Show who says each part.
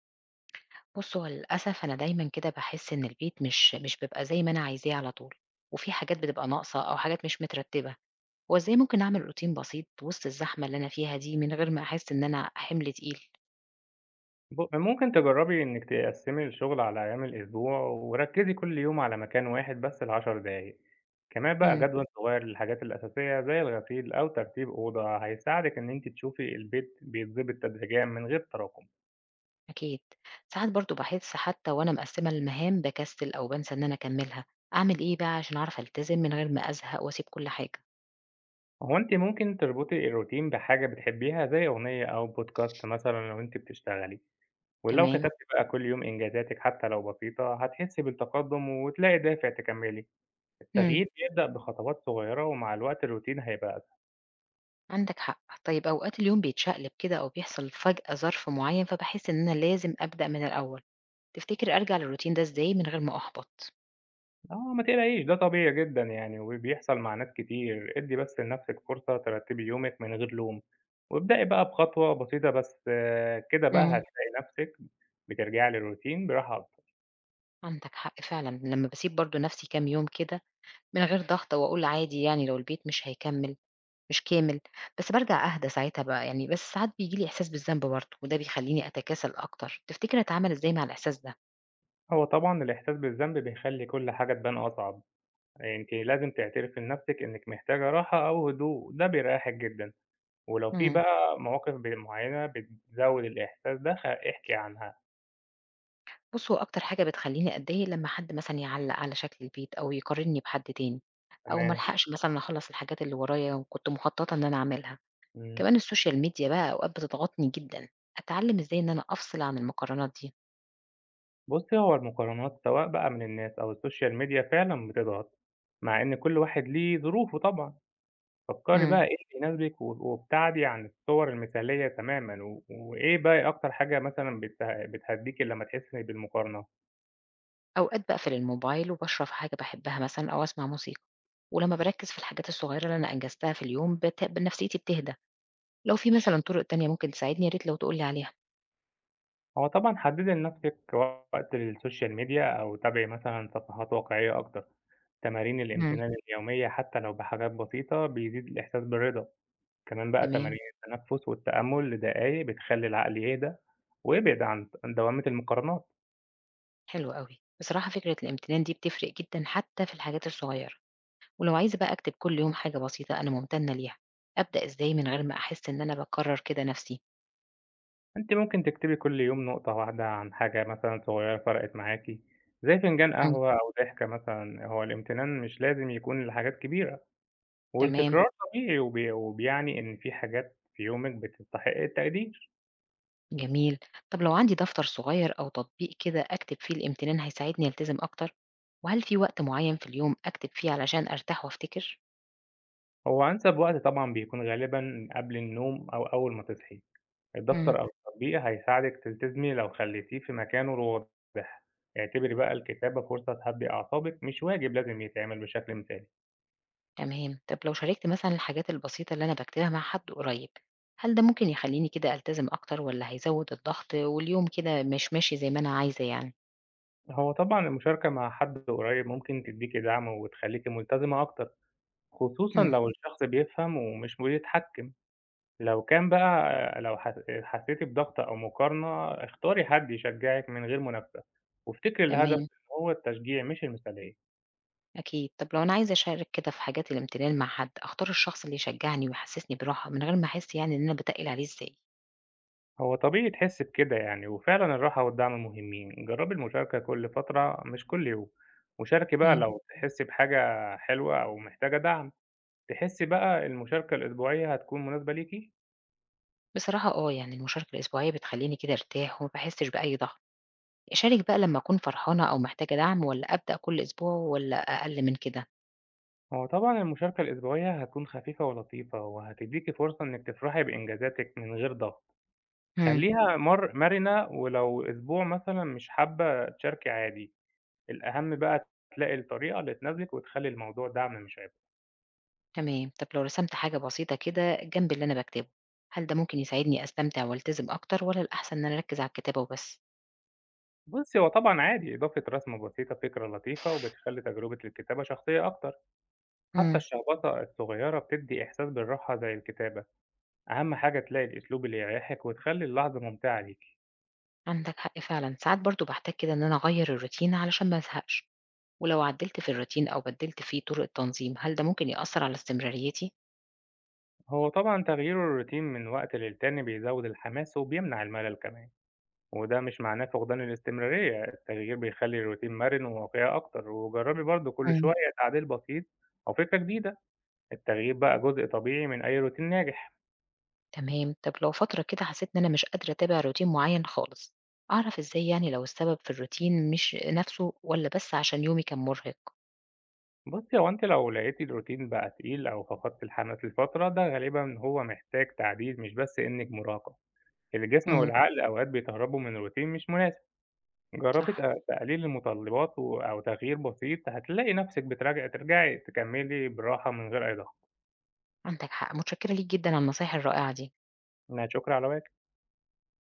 Speaker 1: بُص، هو للأسف أنا دايمًا كده باحس إن البيت مش بيبقى زي ما أنا عايزاه على طول، وفي حاجات بتبقى ناقصة أو حاجات مش مترتبة، هو إزاي ممكن أعمل روتين بسيط وسط الزحمة اللي أنا فيها دي من غير ما أحس إن أنا حمل تقيل؟
Speaker 2: ممكن تجرّبي إنِّك تقسّمي الشغل على أيام الأسبوع، وركّزي كل يوم على مكان واحد بس ل10 دقايق. كمان بقى
Speaker 1: إمم،
Speaker 2: جدول صغير للحاجات الأساسية زي الغسيل أو ترتيب أوضة هيساعدِك إن أنتِ تشوفي البيت بيتضبط تدريجيًا من غير تراكم.
Speaker 1: أكيد، ساعات برضه باحس حتى وأنا مقسمة المهام باكسل أو بانسى إن أنا أكملها، أعمل إيه بقى عشان أعرف ألتزم من غير ما أزهق وأسيب كل حاجة؟
Speaker 2: هو أنتِ ممكن تربطي الروتين بحاجة بتحبيها زي أغنية أو بودكاست مثلًا لو أنتِ بتشتغلي، ولو
Speaker 1: تمام.
Speaker 2: كتبتِ بقى كل يوم إنجازاتِك حتى لو بسيطة هتحسّي بالتقدُّم وتلاقي دافع تكمّلي.
Speaker 1: إمم،
Speaker 2: التغيير بيبدأ بخطوات صغيرة ومع الوقت الروتين هيبقى.
Speaker 1: عندك حق، طيب أوقات اليوم بيتشقلب كده أو بيحصل فجأة ظرف معين فباحس إن أنا لازم أبدأ من الأول. تفتكر أرجع للروتين ده إزاي من غير ما أحبط؟
Speaker 2: آه، ما تقلقيش، ده طبيعي جدًا يعني وبيحصل مع ناس كتير. ادّي بس لنفسِك فرصة ترتّبي يومِك من غير لوم، وابدئي بقى بخطوة بسيطة بس. كده بقى
Speaker 1: إمم.
Speaker 2: هتلاقي نفسِك بترجعي للروتين براحة أكتر.
Speaker 1: عندك حق فعلًا، لمّا باسيب برضه نفسي كام يوم كده من غير ضغط وأقول عادي يعني لو البيت مش هيكمل مش كامل، بس بارجع أهدى ساعتها بقى يعني، بس ساعات بييجي لي إحساس بالذنب برضه وده بيخلّيني أتكاسل أكتر، تفتكر أتعامل إزاي مع الإحساس ده؟
Speaker 2: هو طبعًا الإحساس بالذنب بيخلّي كل حاجة تبان أصعب. أنتِ لازم تعترفي لنفسِك إنِّك محتاجة راحة أو هدوء، ده بيريحِك جدًا. ولو في
Speaker 1: إمم.
Speaker 2: بقى مواقف معيّنة بتزوّد الإحساس ده، احكي عنها.
Speaker 1: بُص، هو أكتر حاجة بتخلّيني أتضايق لمّا حد مثلًا يعلّق على شكل البيت أو يقارنّي بحد تاني، أو ما
Speaker 2: تمام.
Speaker 1: ألحقش مثلًا أخلّص الحاجات اللي ورايا وكنت مخططة إن أنا أعملها.
Speaker 2: إمم.
Speaker 1: كمان السوشيال ميديا بقى أوقات بتضغطني جدًا، أتعلم إزاي إن أنا أفصل عن المقارنات دي؟
Speaker 2: بُصّي، هو المقارنات سواء بقى من الناس أو السوشيال ميديا فعلًا بتضغط، مع إن كل واحد ليه ظروفه طبعًا. فكّري بقى
Speaker 1: إمم.
Speaker 2: إيه اللي يناسبِك، و وابتعدي عن الصور المثالية تمامًا. و وإيه بقى أكتر حاجة مثلًا بتهدّيكِ لمّا تحسّي بالمقارنة؟
Speaker 1: أوقات باقفل الموبايل وباشرب حاجة باحبها مثلًا أو أسمع موسيقى، ولمّا باركّز في الحاجات الصغيرة اللي أنا أنجزتها في اليوم بت نفسيتي بتهدى، لو في مثلًا طرق تانية ممكن تساعدني يا ريت لو تقول لي عليها.
Speaker 2: هو طبعًا حدّدي لنَفْسِك وقت للسوشيال ميديا أو تابعي مثلًا صفحات واقعية أكتر. تمارين
Speaker 1: إمم.
Speaker 2: الامتنان اليومية حتى لو بحاجات بسيطة بيزيد الإحساس بالرضا. كمان بقى
Speaker 1: تمام.
Speaker 2: تمارين التنفس والتأمل لدقايق بتخلي العقل يهدى ويبعد عن دوامة المقارنات.
Speaker 1: حلو أوي. بصراحة فكرة الامتنان دي بتفرق جدًا حتى في الحاجات الصغيرة، ولو عايزة بقى أكتب كل يوم حاجة بسيطة أنا ممتنة ليها، أبدأ إزاي من غير ما أحس إن أنا باكرر كده نفسي؟
Speaker 2: انت ممكن تكتبي كل يوم نقطة واحدة عن حاجة مثلا صغيرة فرقت معاكي، زي فنجان
Speaker 1: إمم.
Speaker 2: قهوة أو ضحكة مثلا. هو الامتنان مش لازم يكون لحاجات كبيرة،
Speaker 1: تمام.
Speaker 2: والتكرار طبيعي وبيعني إن في حاجات في يومك بتستحق التقدير.
Speaker 1: جميل. طب لو عندي دفتر صغير أو تطبيق كده أكتب فيه الامتنان هيساعدني ألتزم أكتر؟ وهل في وقت معين في اليوم أكتب فيه علشان أرتاح وأفتكر؟
Speaker 2: هو أنسب وقت طبعا بيكون غالبا قبل النوم أو أول ما تصحي.
Speaker 1: إمم.
Speaker 2: الدفتر أو التطبيق هيساعدِك تلتزمي لو خلّيتيه في مكانه الواضح. اعتبري بقى الكتابة فرصة تهدّي أعصابِك، مش واجب لازم يتعمل بشكل مثالي.
Speaker 1: تمام. طب لو شاركت مثلًا الحاجات البسيطة اللي أنا باكتبها مع حد قريب، هل ده ممكن يخلّيني كده ألتزم أكتر والّا هيزود الضغط واليوم كده مش ماشي زي ما أنا عايزة يعني؟
Speaker 2: هو طبعًا المشاركة مع حد قريب ممكن تدّيكِ دعم وتخلّيكِ ملتزمة أكتر، خصوصًا
Speaker 1: إمم.
Speaker 2: لو الشخص بيفهم ومش بيتحكّم. لو كان بقى لو حسيتِ بضغط أو مقارنة، اختاري حد يشجّعِك من غير منافسة، وافتكري الهدف
Speaker 1: تمام.
Speaker 2: إن هو التشجيع مش المثالية.
Speaker 1: أكيد. طب لو أنا عايزة أشارك كده في حاجات الامتنان مع حد، أختار الشخص اللي يشجعني ويحسسني براحة من غير ما أحس يعني إن أنا باتقِّل عليه إزاي؟
Speaker 2: هو طبيعي تحس بكده يعني، وفعلا الراحة والدعم مهمين. جربي المشاركة كل فترة مش كل يوم، وشاركي بقى
Speaker 1: إمم.
Speaker 2: لو تحسي بحاجة حلوة أو محتاجة دعم. تحسي بقى المشاركة الأسبوعية هتكون مناسبة ليكي.
Speaker 1: بصراحة آه، يعني المشاركة الأسبوعية بتخلّيني كده أرتاح وما باحسّش بأي ضغط. أشارك بقى لمّا أكون فرحانة أو محتاجة دعم والّا أبدأ كل أسبوع والّا أقل من كده؟
Speaker 2: هو طبعا المشاركة الأسبوعية هتكون خفيفة ولطيفة، وهتديكي فرصة إنك تفرحي بإنجازاتك من غير ضغط.
Speaker 1: إمم،
Speaker 2: خليها مرنة، ولو أسبوع مثلا مش حابة تشاركي عادي. الأهم بقى تلاقي الطريقة اللي تناسبك، وتخلي الموضوع دعم مش عبء.
Speaker 1: تمام. طب لو رسمت حاجة بسيطة كده جنب اللي أنا باكتبه، هل ده ممكن يساعدني أستمتع والتزم أكتر والّا الأحسن إن أنا أركّز على الكتابة وبس؟
Speaker 2: بُصّي، هو طبعًا عادي إضافة رسمة بسيطة فكرة لطيفة وبتخلّي تجربة الكتابة شخصية أكتر. حتى
Speaker 1: إمم،
Speaker 2: الشخبطة الصغيرة بتدّي إحساس بالراحة زي الكتابة. أهم حاجة تلاقي الأسلوب اللي يريحِك وتخلّي اللحظة ممتعة ليكِ.
Speaker 1: عندك حق فعلًا. ساعات برضه باحتاج كده إن أنا أغيّر الروتين علشان ما أزهقش، ولو عدّلت في الروتين أو بدّلت فيه طُرق التنظيم، هل ده ممكن يأثّر على استمراريتي؟
Speaker 2: هو طبعًا تغيير الروتين من وقت للتاني بيزوّد الحماس وبيمنع الملل كمان، وده مش معناه فقدان الاستمرارية. التغيير بيخلّي الروتين مرن وواقعي أكتر. وجرّبي برضه كل
Speaker 1: إمم.
Speaker 2: شوية تعديل بسيط أو فكرة جديدة. التغيير بقى جزء طبيعي من أي روتين ناجح.
Speaker 1: تمام، طب لو فترة كده حسيت إن أنا مش قادرة أتابع روتين معين خالص، أعرف إزاي يعني لو السبب في الروتين مش نفسه والّا بس عشان يومي كان مرهق؟
Speaker 2: بُصّي، هو أنتِ لو لقيتِ الروتين بقى تقيل أو فقدتِ الحماس لفترة، ده غالبًا هو محتاج تعديل، مش بس إنِّك مراهقة. الجسم
Speaker 1: إمم،
Speaker 2: والعقل أوقات بيتهربوا من روتين مش مناسب. جربي
Speaker 1: صح،
Speaker 2: تقليل المتطلبات، و أو تغيير بسيط هتلاقي نفسِك ترجعي تكمّلي براحة من غير أي ضغط.
Speaker 1: عندك حق، متشكرة ليك جدًا على النصايح الرائعة دي.
Speaker 2: لا شكر على واجب.